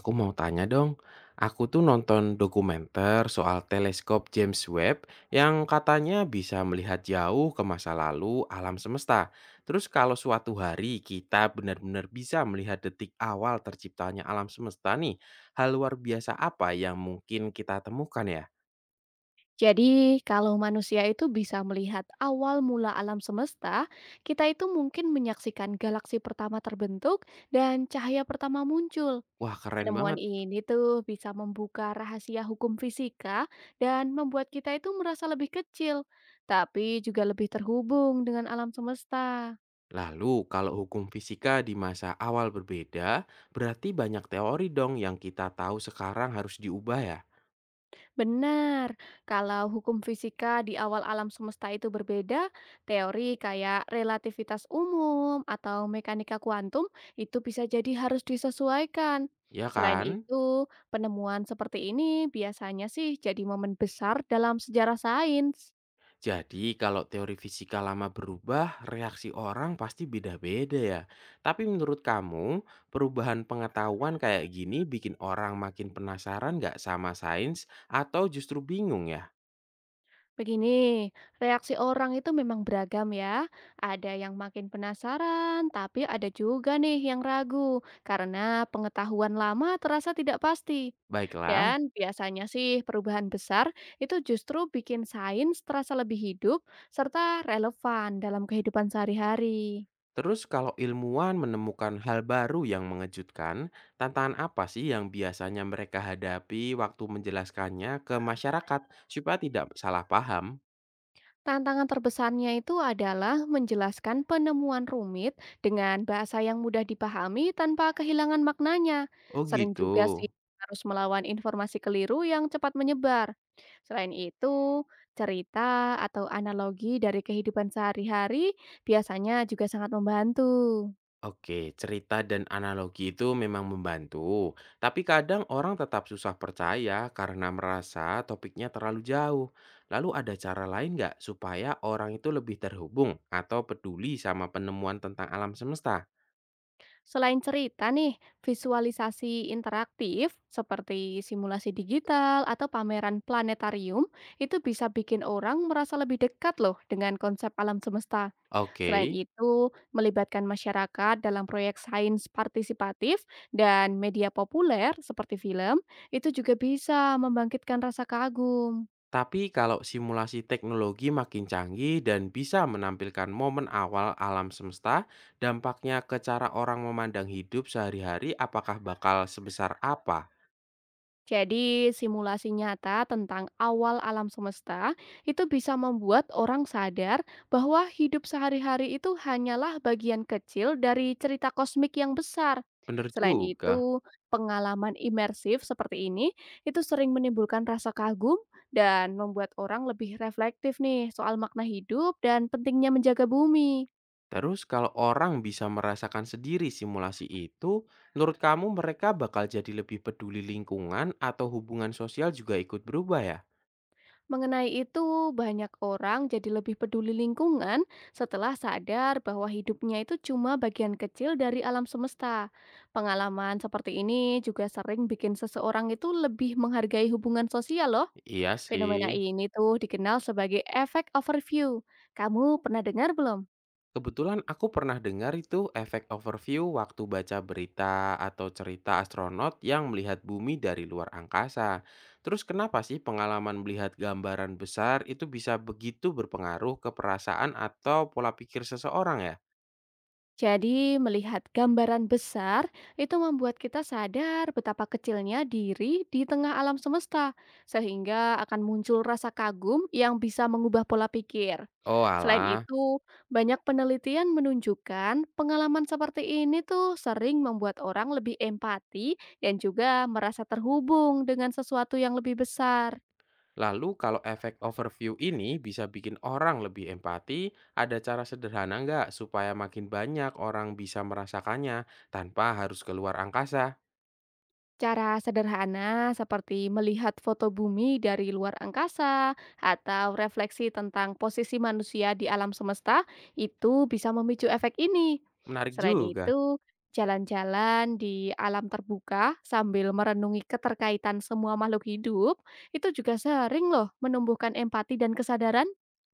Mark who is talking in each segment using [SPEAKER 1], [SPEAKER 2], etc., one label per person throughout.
[SPEAKER 1] Aku mau tanya dong, aku tuh nonton dokumenter soal teleskop James Webb yang katanya bisa melihat jauh ke masa lalu alam semesta. Terus kalau suatu hari kita benar-benar bisa melihat detik awal terciptanya alam semesta nih, hal luar biasa apa yang mungkin kita temukan ya?
[SPEAKER 2] Jadi, kalau manusia itu bisa melihat awal mula alam semesta, kita itu mungkin menyaksikan galaksi pertama terbentuk dan cahaya pertama muncul.
[SPEAKER 1] Wah keren
[SPEAKER 2] Penemuan
[SPEAKER 1] banget.
[SPEAKER 2] ini tuh bisa membuka rahasia hukum fisika dan membuat kita itu merasa lebih kecil, tapi juga lebih terhubung dengan alam semesta.
[SPEAKER 1] Lalu kalau hukum fisika di masa awal berbeda, berarti banyak teori dong yang kita tahu sekarang harus diubah ya?
[SPEAKER 2] Benar, kalau hukum fisika di awal alam semesta itu berbeda, teori kayak relativitas umum atau mekanika kuantum itu bisa jadi harus disesuaikan.
[SPEAKER 1] Ya
[SPEAKER 2] Selain
[SPEAKER 1] kan?
[SPEAKER 2] itu, penemuan seperti ini biasanya sih jadi momen besar dalam sejarah sains.
[SPEAKER 1] Jadi kalau teori fisika lama berubah, reaksi orang pasti beda-beda ya. Tapi menurut kamu, perubahan pengetahuan kayak gini bikin orang makin penasaran nggak sama sains atau justru bingung ya?
[SPEAKER 2] Begini, reaksi orang itu memang beragam ya. Ada yang makin penasaran, tapi ada juga nih yang ragu karena pengetahuan lama terasa tidak pasti.
[SPEAKER 1] Baiklah,
[SPEAKER 2] Dan biasanya sih perubahan besar itu justru bikin sains terasa lebih hidup serta relevan dalam kehidupan sehari-hari.
[SPEAKER 1] terus kalau ilmuwan menemukan hal baru yang mengejutkan, tantangan apa sih yang biasanya mereka hadapi waktu menjelaskannya ke masyarakat supaya tidak salah paham?
[SPEAKER 2] Tantangan terbesarnya itu adalah menjelaskan penemuan rumit dengan bahasa yang mudah dipahami tanpa kehilangan maknanya.
[SPEAKER 1] Oh
[SPEAKER 2] Sering
[SPEAKER 1] gitu.
[SPEAKER 2] juga sih harus melawan informasi keliru yang cepat menyebar. Selain itu, cerita atau analogi dari kehidupan sehari-hari biasanya juga sangat membantu.
[SPEAKER 1] Oke, cerita dan analogi itu memang membantu, tapi kadang orang tetap susah percaya karena merasa topiknya terlalu jauh. Lalu ada cara lain nggak supaya orang itu lebih terhubung atau peduli sama penemuan tentang alam semesta?
[SPEAKER 2] Selain cerita nih, visualisasi interaktif seperti simulasi digital atau pameran planetarium itu bisa bikin orang merasa lebih dekat loh dengan konsep alam semesta. Selain
[SPEAKER 1] Oke,
[SPEAKER 2] itu, melibatkan masyarakat dalam proyek sains partisipatif dan media populer seperti film itu juga bisa membangkitkan rasa kagum.
[SPEAKER 1] tapi kalau simulasi teknologi makin canggih dan bisa menampilkan momen awal alam semesta, dampaknya ke cara orang memandang hidup sehari-hari apakah bakal sebesar apa?
[SPEAKER 2] Jadi, simulasi nyata tentang awal alam semesta itu bisa membuat orang sadar bahwa hidup sehari-hari itu hanyalah bagian kecil dari cerita kosmik yang besar.
[SPEAKER 1] Bener
[SPEAKER 2] Selain
[SPEAKER 1] juga.
[SPEAKER 2] itu, pengalaman imersif seperti ini itu sering menimbulkan rasa kagum dan membuat orang lebih reflektif nih soal makna hidup dan pentingnya menjaga bumi.
[SPEAKER 1] Terus kalau orang bisa merasakan sendiri simulasi itu, menurut kamu mereka bakal jadi lebih peduli lingkungan atau hubungan sosial juga ikut berubah ya?
[SPEAKER 2] Mengenai itu, banyak orang jadi lebih peduli lingkungan setelah sadar bahwa hidupnya itu cuma bagian kecil dari alam semesta. Pengalaman seperti ini juga sering bikin seseorang itu lebih menghargai hubungan sosial loh.
[SPEAKER 1] Iya sih.
[SPEAKER 2] Fenomena ini tuh dikenal sebagai efek overview. Kamu pernah dengar belum?
[SPEAKER 1] Kebetulan aku pernah dengar itu efek overview waktu baca berita atau cerita astronot yang melihat bumi dari luar angkasa. Terus kenapa sih pengalaman melihat gambaran besar itu bisa begitu berpengaruh ke perasaan atau pola pikir seseorang ya?
[SPEAKER 2] Jadi, melihat gambaran besar itu membuat kita sadar betapa kecilnya diri di tengah alam semesta, sehingga akan muncul rasa kagum yang bisa mengubah pola pikir.
[SPEAKER 1] Oh
[SPEAKER 2] Selain
[SPEAKER 1] alah,
[SPEAKER 2] itu, banyak penelitian menunjukkan pengalaman seperti ini tuh sering membuat orang lebih empati dan juga merasa terhubung dengan sesuatu yang lebih besar.
[SPEAKER 1] lalu kalau efek overview ini bisa bikin orang lebih empati, ada cara sederhana nggak supaya makin banyak orang bisa merasakannya tanpa harus keluar angkasa?
[SPEAKER 2] Cara sederhana seperti melihat foto bumi dari luar angkasa atau refleksi tentang posisi manusia di alam semesta itu bisa memicu efek ini.
[SPEAKER 1] Menarik
[SPEAKER 2] Selain
[SPEAKER 1] juga.
[SPEAKER 2] itu, jalan-jalan di alam terbuka sambil merenungi keterkaitan semua makhluk hidup itu juga sering loh menumbuhkan empati dan kesadaran.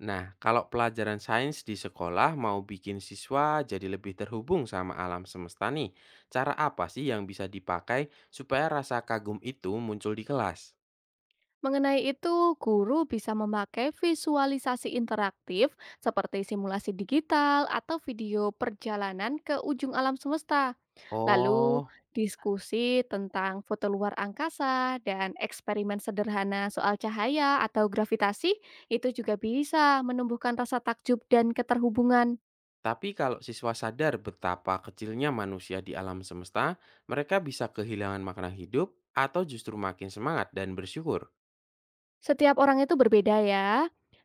[SPEAKER 1] Nah, kalau pelajaran sains di sekolah mau bikin siswa jadi lebih terhubung sama alam semesta nih, cara apa sih yang bisa dipakai supaya rasa kagum itu muncul di kelas?
[SPEAKER 2] Mengenai itu, guru bisa memakai visualisasi interaktif seperti simulasi digital atau video perjalanan ke ujung alam semesta. Lalu,
[SPEAKER 1] Oh,
[SPEAKER 2] diskusi tentang foto luar angkasa dan eksperimen sederhana soal cahaya atau gravitasi itu juga bisa menumbuhkan rasa takjub dan keterhubungan.
[SPEAKER 1] tapi kalau siswa sadar betapa kecilnya manusia di alam semesta, mereka bisa kehilangan makna hidup atau justru makin semangat dan bersyukur.
[SPEAKER 2] Setiap orang itu berbeda ya,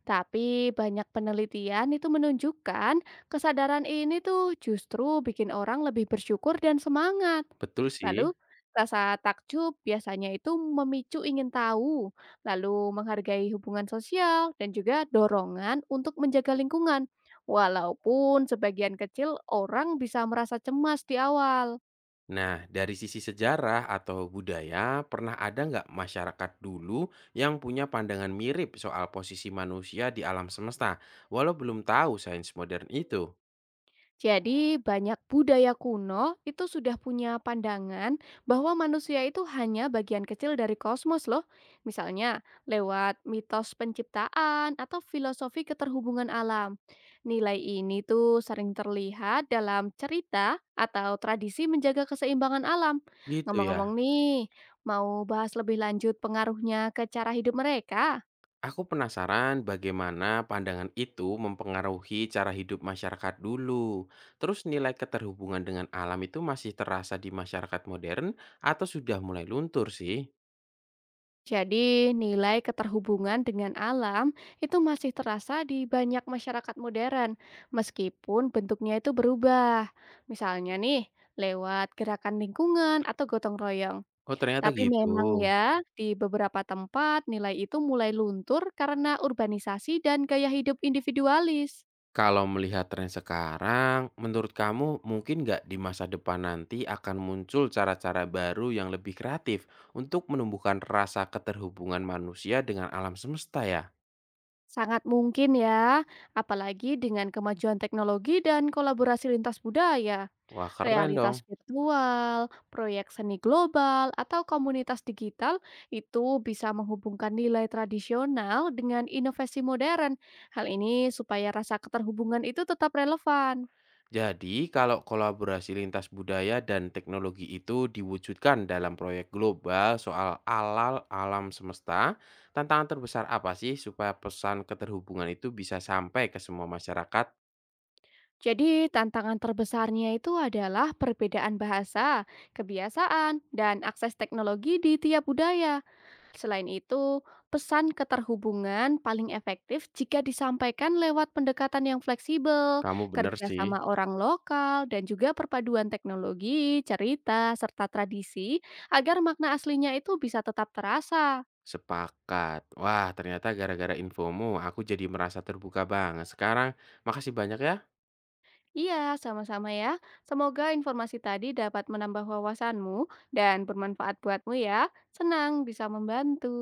[SPEAKER 2] tapi banyak penelitian itu menunjukkan kesadaran ini tuh justru bikin orang lebih bersyukur dan semangat.
[SPEAKER 1] Betul
[SPEAKER 2] Lalu
[SPEAKER 1] sih.
[SPEAKER 2] rasa takjub biasanya itu memicu ingin tahu, lalu menghargai hubungan sosial dan juga dorongan untuk menjaga lingkungan. Walaupun sebagian kecil orang bisa merasa cemas di awal.
[SPEAKER 1] Nah, dari sisi sejarah atau budaya, pernah ada nggak masyarakat dulu yang punya pandangan mirip soal posisi manusia di alam semesta, walau belum tahu sains modern itu?
[SPEAKER 2] Jadi banyak budaya kuno itu sudah punya pandangan bahwa manusia itu hanya bagian kecil dari kosmos loh. Misalnya lewat mitos penciptaan atau filosofi keterhubungan alam. Nilai ini tuh sering terlihat dalam cerita atau tradisi menjaga keseimbangan alam.
[SPEAKER 1] Gitu ya.
[SPEAKER 2] Ngomong-ngomong nih, mau bahas lebih lanjut pengaruhnya ke cara hidup mereka?
[SPEAKER 1] Aku penasaran bagaimana pandangan itu mempengaruhi cara hidup masyarakat dulu. Terus nilai keterhubungan dengan alam itu masih terasa di masyarakat modern atau sudah mulai luntur sih?
[SPEAKER 2] Jadi, nilai keterhubungan dengan alam itu masih terasa di banyak masyarakat modern, meskipun bentuknya itu berubah. Misalnya nih, lewat gerakan lingkungan atau gotong royong.
[SPEAKER 1] Oh ternyata
[SPEAKER 2] Tapi
[SPEAKER 1] gitu.
[SPEAKER 2] memang ya, di beberapa tempat nilai itu mulai luntur karena urbanisasi dan gaya hidup individualis.
[SPEAKER 1] Kalau melihat tren sekarang, menurut kamu mungkin nggak di masa depan nanti akan muncul cara-cara baru yang lebih kreatif untuk menumbuhkan rasa keterhubungan manusia dengan alam semesta ya?
[SPEAKER 2] Sangat mungkin ya, apalagi dengan kemajuan teknologi dan kolaborasi lintas budaya.
[SPEAKER 1] Wah keren dong.
[SPEAKER 2] Realitas virtual, proyek seni global, atau komunitas digital itu bisa menghubungkan nilai tradisional dengan inovasi modern. Hal ini supaya rasa keterhubungan itu tetap relevan.
[SPEAKER 1] Jadi, kalau kolaborasi lintas budaya dan teknologi itu diwujudkan dalam proyek global soal alam semesta, tantangan terbesar apa sih supaya pesan keterhubungan itu bisa sampai ke semua masyarakat?
[SPEAKER 2] Jadi, tantangan terbesarnya itu adalah perbedaan bahasa, kebiasaan, dan akses teknologi di tiap budaya. Selain itu, pesan keterhubungan paling efektif jika disampaikan lewat pendekatan yang fleksibel,
[SPEAKER 1] Kamu bener
[SPEAKER 2] kerja
[SPEAKER 1] sih,
[SPEAKER 2] sama orang lokal, dan juga perpaduan teknologi, cerita, serta tradisi agar makna aslinya itu bisa tetap terasa.
[SPEAKER 1] sepakat. Wah, ternyata gara-gara infomu aku jadi merasa terbuka banget sekarang. Makasih banyak ya.
[SPEAKER 2] Iya, sama-sama ya. Semoga informasi tadi dapat menambah wawasanmu dan bermanfaat buatmu ya. Senang bisa membantu.